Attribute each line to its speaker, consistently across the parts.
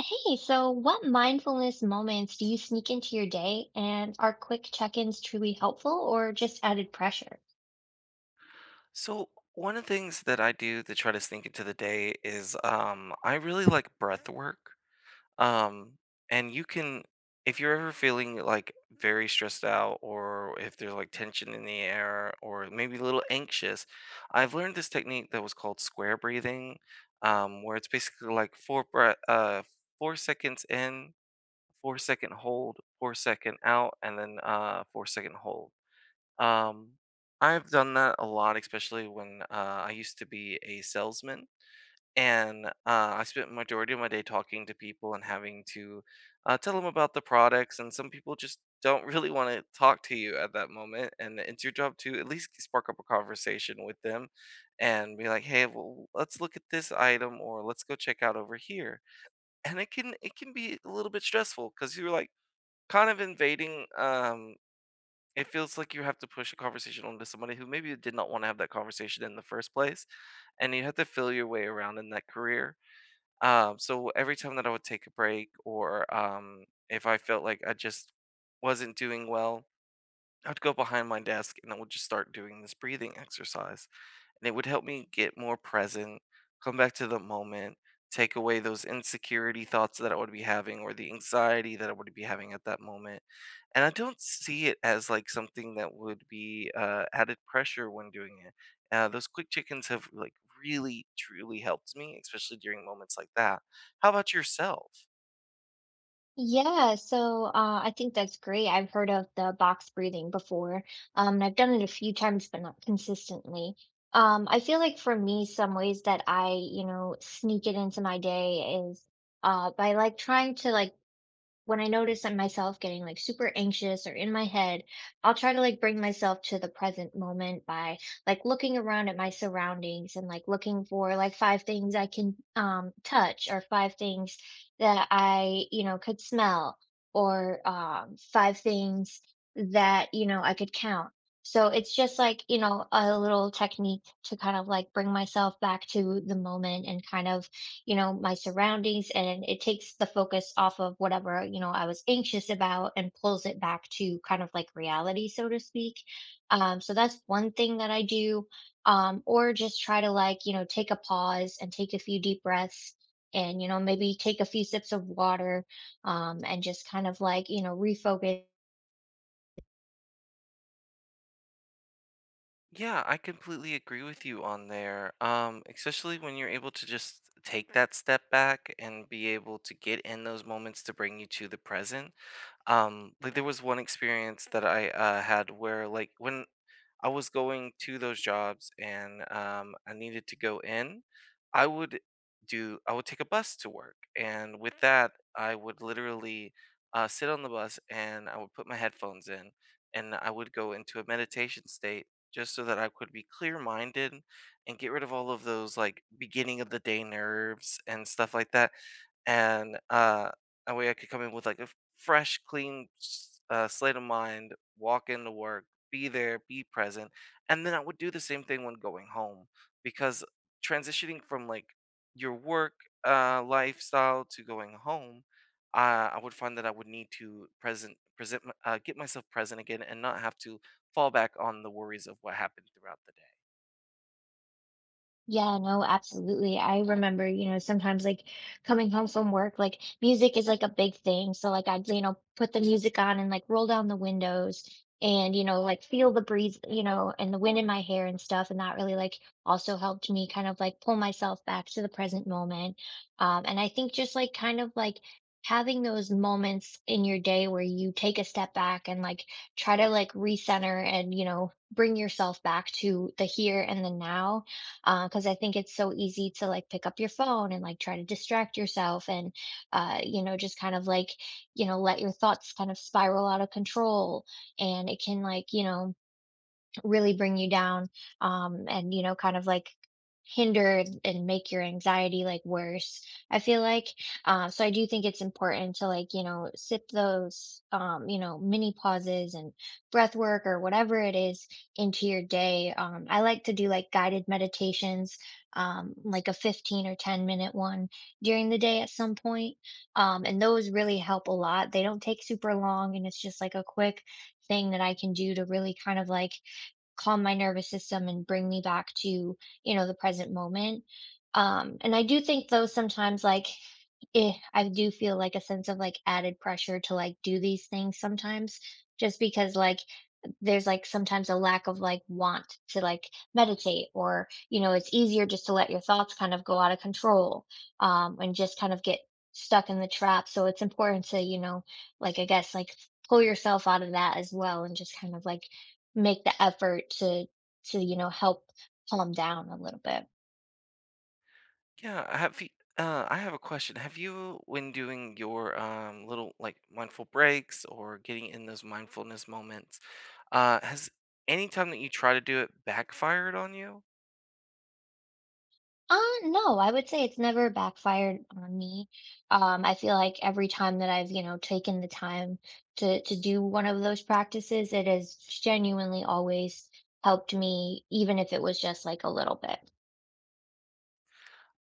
Speaker 1: Hey, so what mindfulness moments do you sneak into your day, and are quick check-ins truly helpful or just added pressure?
Speaker 2: So one of the things that I do to try to sneak into the day is I really like breath work. Um and you can if you're ever feeling like very stressed out or if there's like tension in the air or maybe a little anxious, I've learned this technique that was called square breathing, where it's basically like 4 seconds in, 4 second hold, 4 second out, and then 4 second hold. um, I've done that a lot, especially when I used to be a salesman, and I spent majority of my day talking to people and having to tell them about the products. And some people just don't really want to talk to you at that moment, and it's your job to at least spark up a conversation with them and be like, "Hey, well, let's look at this item, or let's go check out over here." And it can be a little bit stressful because you're like kind of invading. It feels like you have to push a conversation onto somebody who maybe did not want to have that conversation in the first place, and you have to feel your way around in that career. So every time that I would take a break, or if I felt like I just wasn't doing well, I'd go behind my desk and I would just start doing this breathing exercise, and it would help me get more present, come back to the moment, take away those insecurity thoughts that I would be having or the anxiety that I would be having at that moment. And I don't see it as like something that would be added pressure when doing it. Those quick chickens have like really truly helped me, especially during moments like that. How about yourself?
Speaker 1: Yeah, so I think that's great. I've heard of the box breathing before, and I've done it a few times, but not consistently. I feel like for me, some ways that I sneak it into my day is by like trying to like when I notice I'm myself getting like super anxious or in my head, I'll try to like bring myself to the present moment by like looking around at my surroundings and like looking for like five things I can touch or five things that I could smell or five things that, you know, I could count. So it's just like, you know, a little technique to kind of like bring myself back to the moment and kind of, you know, my surroundings, and it takes the focus off of whatever, you know, I was anxious about and pulls it back to kind of like reality, so to speak. So that's one thing that I do. Or just try to like, you know, take a pause and take a few deep breaths and, you know, maybe take a few sips of water, and just kind of like, you know, refocus.
Speaker 2: Yeah, I completely agree with you on there. Especially when you're able to just take that step back and be able to get in those moments to bring you to the present. Like there was one experience that I had where like when I was going to those jobs and I needed to go in, I would I would take a bus to work, and with that, I would literally sit on the bus and I would put my headphones in, and I would go into a meditation state just so that I could be clear minded and get rid of all of those like beginning of the day nerves and stuff like that, and that way I could come in with like a fresh, clean slate of mind, walk into work, be there, be present. And then I would do the same thing when going home because transitioning from like your work lifestyle to going home, I would find that I would need to get myself present again, and not have to fall back on the worries of what happened throughout the day.
Speaker 1: Yeah, no, absolutely. I remember, you know, sometimes like coming home from work, like music is like a big thing. So like I'd, you know, put the music on and like roll down the windows and, you know, like feel the breeze, you know, and the wind in my hair and stuff. And that really like also helped me kind of like pull myself back to the present moment. And I think just like kind of like having those moments in your day where you take a step back and like try to like recenter and, you know, bring yourself back to the here and the now, because I think it's so easy to like pick up your phone and like try to distract yourself, and you know, just kind of like, you know, let your thoughts kind of spiral out of control. And it can, like, you know, really bring you down, and, you know, kind of like hinder and make your anxiety like worse, I feel like. So I do think it's important to, like, you know, sip those you know, mini pauses and breath work or whatever it is into your day. I like to do like guided meditations, like a 15 or 10 minute one during the day at some point. And those really help a lot. They don't take super long, and it's just like a quick thing that I can do to really kind of like calm my nervous system and bring me back to, you know, the present moment. And I do think though sometimes like I do feel like a sense of like added pressure to like do these things sometimes, just because like there's like sometimes a lack of like want to like meditate. Or, you know, it's easier just to let your thoughts kind of go out of control, and just kind of get stuck in the trap. So it's important to, you know, like, I guess like, pull yourself out of that as well and just kind of like make the effort to you know, help calm down a little bit.
Speaker 2: Yeah, I have. I have a question. Have you, when doing your little like mindful breaks or getting in those mindfulness moments, has any time that you try to do it backfired on you?
Speaker 1: Uh, no, I would say it's never backfired on me. I feel like every time that I've, you know, taken the time to do one of those practices, it has genuinely always helped me, even if it was just like a little bit.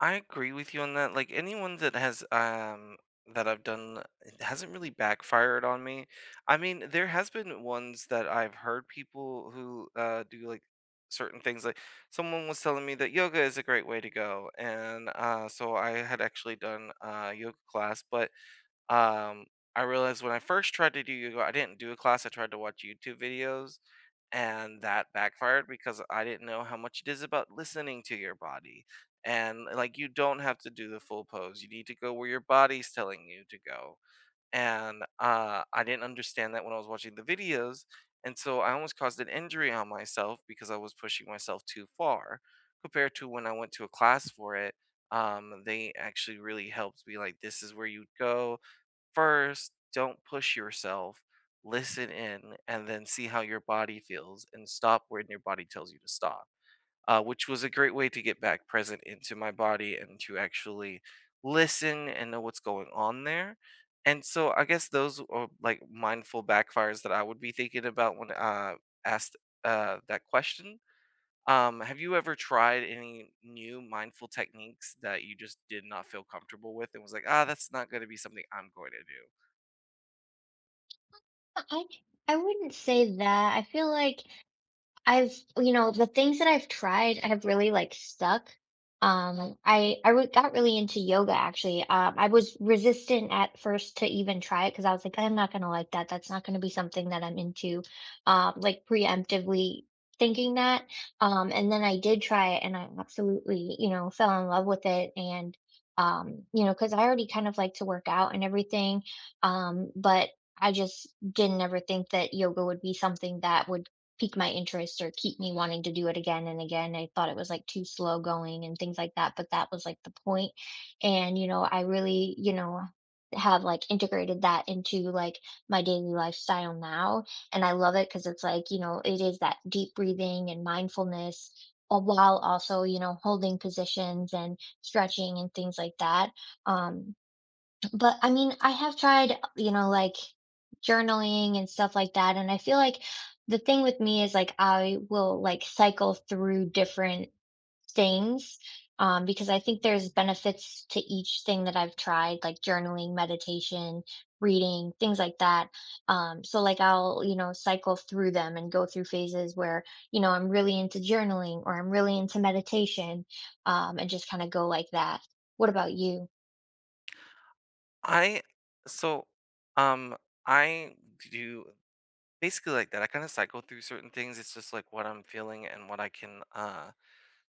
Speaker 2: I agree with you on that. Like anyone that has that I've done it hasn't really backfired on me. I mean, there has been ones that I've heard people who do like certain things like someone was telling me that yoga is a great way to go, and so I had actually done a yoga class, but um, I realized when I first tried to do yoga, I didn't do a class. I tried to watch YouTube videos, and that backfired because I didn't know how much it is about listening to your body. And like, you don't have to do the full pose. You need to go where your body's telling you to go. And I didn't understand that when I was watching the videos. And so I almost caused an injury on myself because I was pushing myself too far compared to when I went to a class for it. They actually really helped me, like, this is where you go. First, don't push yourself, listen in, and then see how your body feels and stop when your body tells you to stop, which was a great way to get back present into my body and to actually listen and know what's going on there. And so I guess those are like mindful backfires that I would be thinking about when asked that question. Have you ever tried any new mindful techniques that you just did not feel comfortable with and was like, ah, that's not going to be something I'm going to do?
Speaker 1: I I wouldn't say that. I feel like I've, you know, the things that I've tried have really, like, stuck. Um, I re got really into yoga, actually. I was resistant at first to even try it because I was like, "I'm not gonna like that. That's not gonna be something that I'm into," like, preemptively thinking that. And then I did try it, and I absolutely, you know, fell in love with it. And, you know, because I already kind of like to work out and everything, but I just didn't ever think that yoga would be something that would pique my interest or keep me wanting to do it again and again. I thought it was like too slow going and things like that, but that was like the point. And, you know, I really, you know, have like integrated that into like my daily lifestyle now. And I love it because it's like, you know, it is that deep breathing and mindfulness, while also, you know, holding positions and stretching and things like that. Um, but I mean, I have tried, you know, like journaling and stuff like that. And I feel like the thing with me is like I will like cycle through different things, because I think there's benefits to each thing that I've tried, like journaling, meditation, reading, things like that. So like I'll, you know, cycle through them and go through phases where, you know, I'm really into journaling or I'm really into meditation, and just kind of go like that. What about you?
Speaker 2: I so um I do basically like that. I kind of cycle through certain things. It's just like what I'm feeling and what I can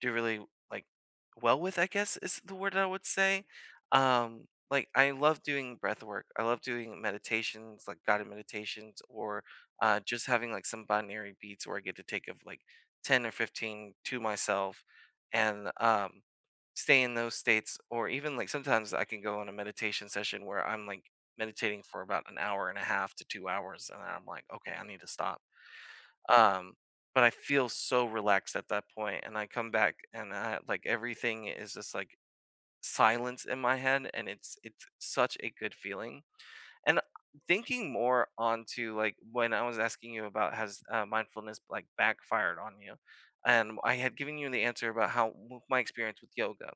Speaker 2: do really like well with, I guess is the word I would say. Like I love doing breath work. I love doing meditations, like guided meditations, or just having like some binary beats where I get to take of like 10 or 15 to myself and stay in those states. Or even like sometimes I can go on a meditation session where I'm like meditating for about an hour and a half to 2 hours. And then I'm like, okay, I need to stop. Um, but I feel so relaxed at that point, and I come back and I, like everything is just like silence in my head, and it's such a good feeling. And thinking more onto like when I was asking you about has mindfulness like backfired on you, and I had given you the answer about how my experience with yoga.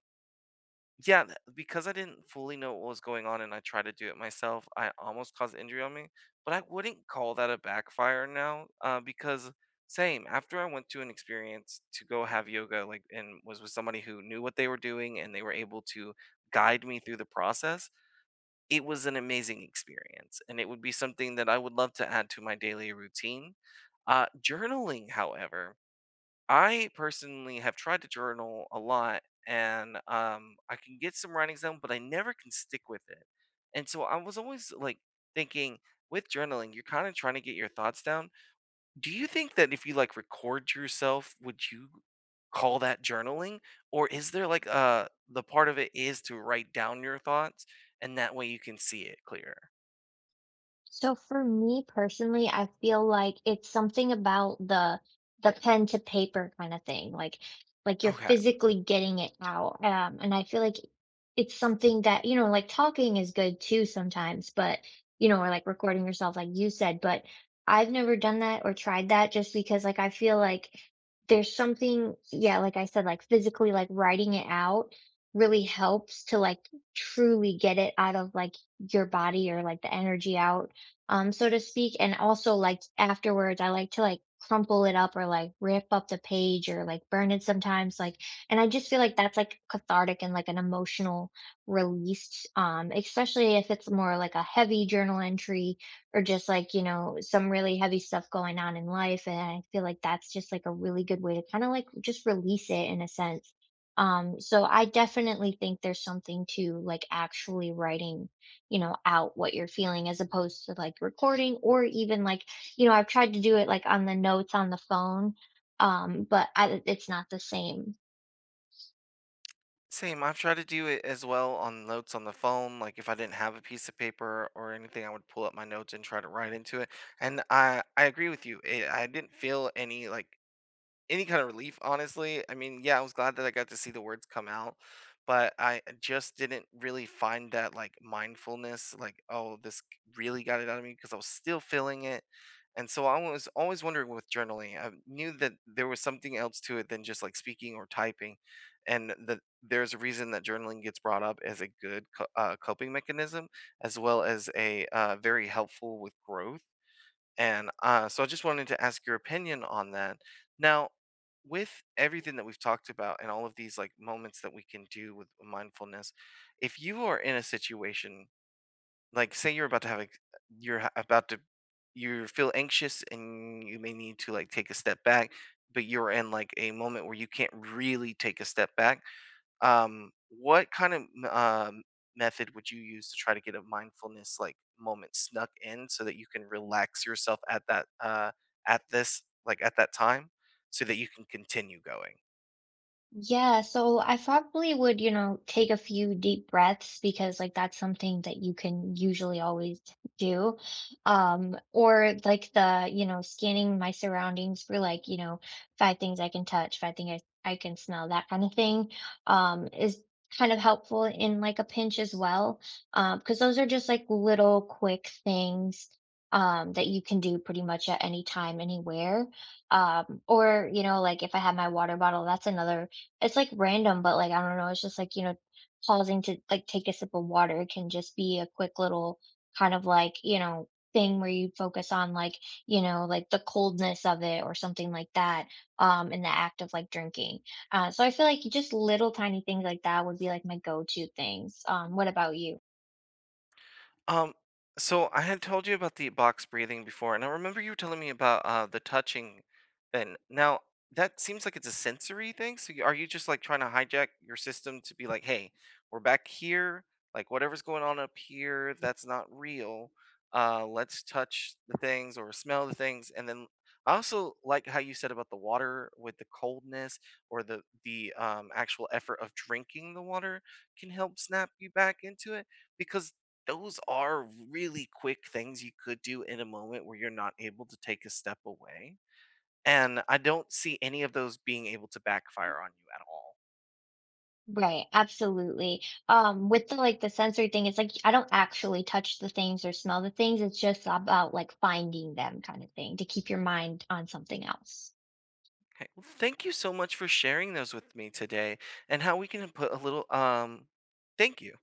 Speaker 2: Yeah, because I didn't fully know what was going on and I tried to do it myself, I almost caused injury on me. But I wouldn't call that a backfire now, because same after I went to an experience to go have yoga, like, and was with somebody who knew what they were doing and they were able to guide me through the process. It was an amazing experience, and it would be something that I would love to add to my daily routine. Journaling, however. I personally have tried to journal a lot, and I can get some writings down, but I never can stick with it. And so I was always like thinking with journaling, you're kind of trying to get your thoughts down. Do you think that if you like record yourself, would you call that journaling? Or is there like the part of it is to write down your thoughts and that way you can see it clearer?
Speaker 1: So for me personally, I feel like it's something about the pen to paper kind of thing, like you're
Speaker 2: Okay.
Speaker 1: physically getting it out. And I feel like it's something that, you know, like talking is good too sometimes, but, you know, or like recording yourself like you said, but I've never done that or tried that just because like I feel like there's something, yeah, like I said, like physically like writing it out really helps to like truly get it out of like your body or like the energy out, so to speak. And also, like afterwards, I like to like crumple it up or like rip up the page or like burn it sometimes. Like, and I just feel like that's like cathartic and like an emotional release, especially if it's more like a heavy journal entry or just like, you know, some really heavy stuff going on in life. And I feel like that's just like a really good way to kind of like just release it in a sense. So I definitely think there's something to like actually writing, you know, out what you're feeling as opposed to like recording or even like, you know, I've tried to do it like on the notes on the phone, but I, it's not the same.
Speaker 2: Same. I've tried to do it as well on notes on the phone. Like if I didn't have a piece of paper or anything, I would pull up my notes and try to write into it. And I agree with you. It, I didn't feel any like any kind of relief, honestly. I mean, yeah, I was glad that I got to see the words come out, but I just didn't really find that like mindfulness, like, oh, this really got it out of me because I was still feeling it. And so I was always wondering with journaling, I knew that there was something else to it than just like speaking or typing. And that there's a reason that journaling gets brought up as a good coping mechanism, as well as a very helpful with growth. And so I just wanted to ask your opinion on that. Now, with everything that we've talked about and all of these like moments that we can do with mindfulness, if you are in a situation, like say you're about to have a you're ha- about to you feel anxious and you may need to like take a step back, but you're in like a moment where you can't really take a step back, what kind of method would you use to try to get a mindfulness like moment snuck in so that you can relax yourself at that at this like at that time so that you can continue going?
Speaker 1: Yeah, so I probably would, you know, take a few deep breaths because like that's something that you can usually always do. Or like the, you know, scanning my surroundings for like, you know, five things I can touch, five things I can smell, that kind of thing, is kind of helpful in like a pinch as well. Because those are just like little quick things that you can do pretty much at any time, anywhere. Or, you know, like if I have my water bottle, that's another, it's, like, random, but, like, I don't know, it's just, like, you know, pausing to, like, take a sip of water can just be a quick little kind of, like, you know, thing where you focus on, like, you know, like, the coldness of it or something like that, in the act of, like, drinking. So I feel like just little tiny things like that would be, like, my go-to things. What about you?
Speaker 2: Um, so I had told you about the box breathing before, and I remember you telling me about the touching thing. Now, that seems like it's a sensory thing. Are you just like trying to hijack your system to be like, hey, we're back here, like whatever's going on up here, that's not real. Let's touch the things or smell the things, and then I also like how you said about the water with the coldness or the actual effort of drinking the water can help snap you back into it because those are really quick things you could do in a moment where you're not able to take a step away. And I don't see any of those being able to backfire on you at all.
Speaker 1: Right, absolutely. With the, like, the sensory thing, it's like I don't actually touch the things or smell the things, it's just about, like, finding them kind of thing to keep your mind on something else.
Speaker 2: Okay. Well, thank you so much for sharing those with me today and how we can put a little thank you.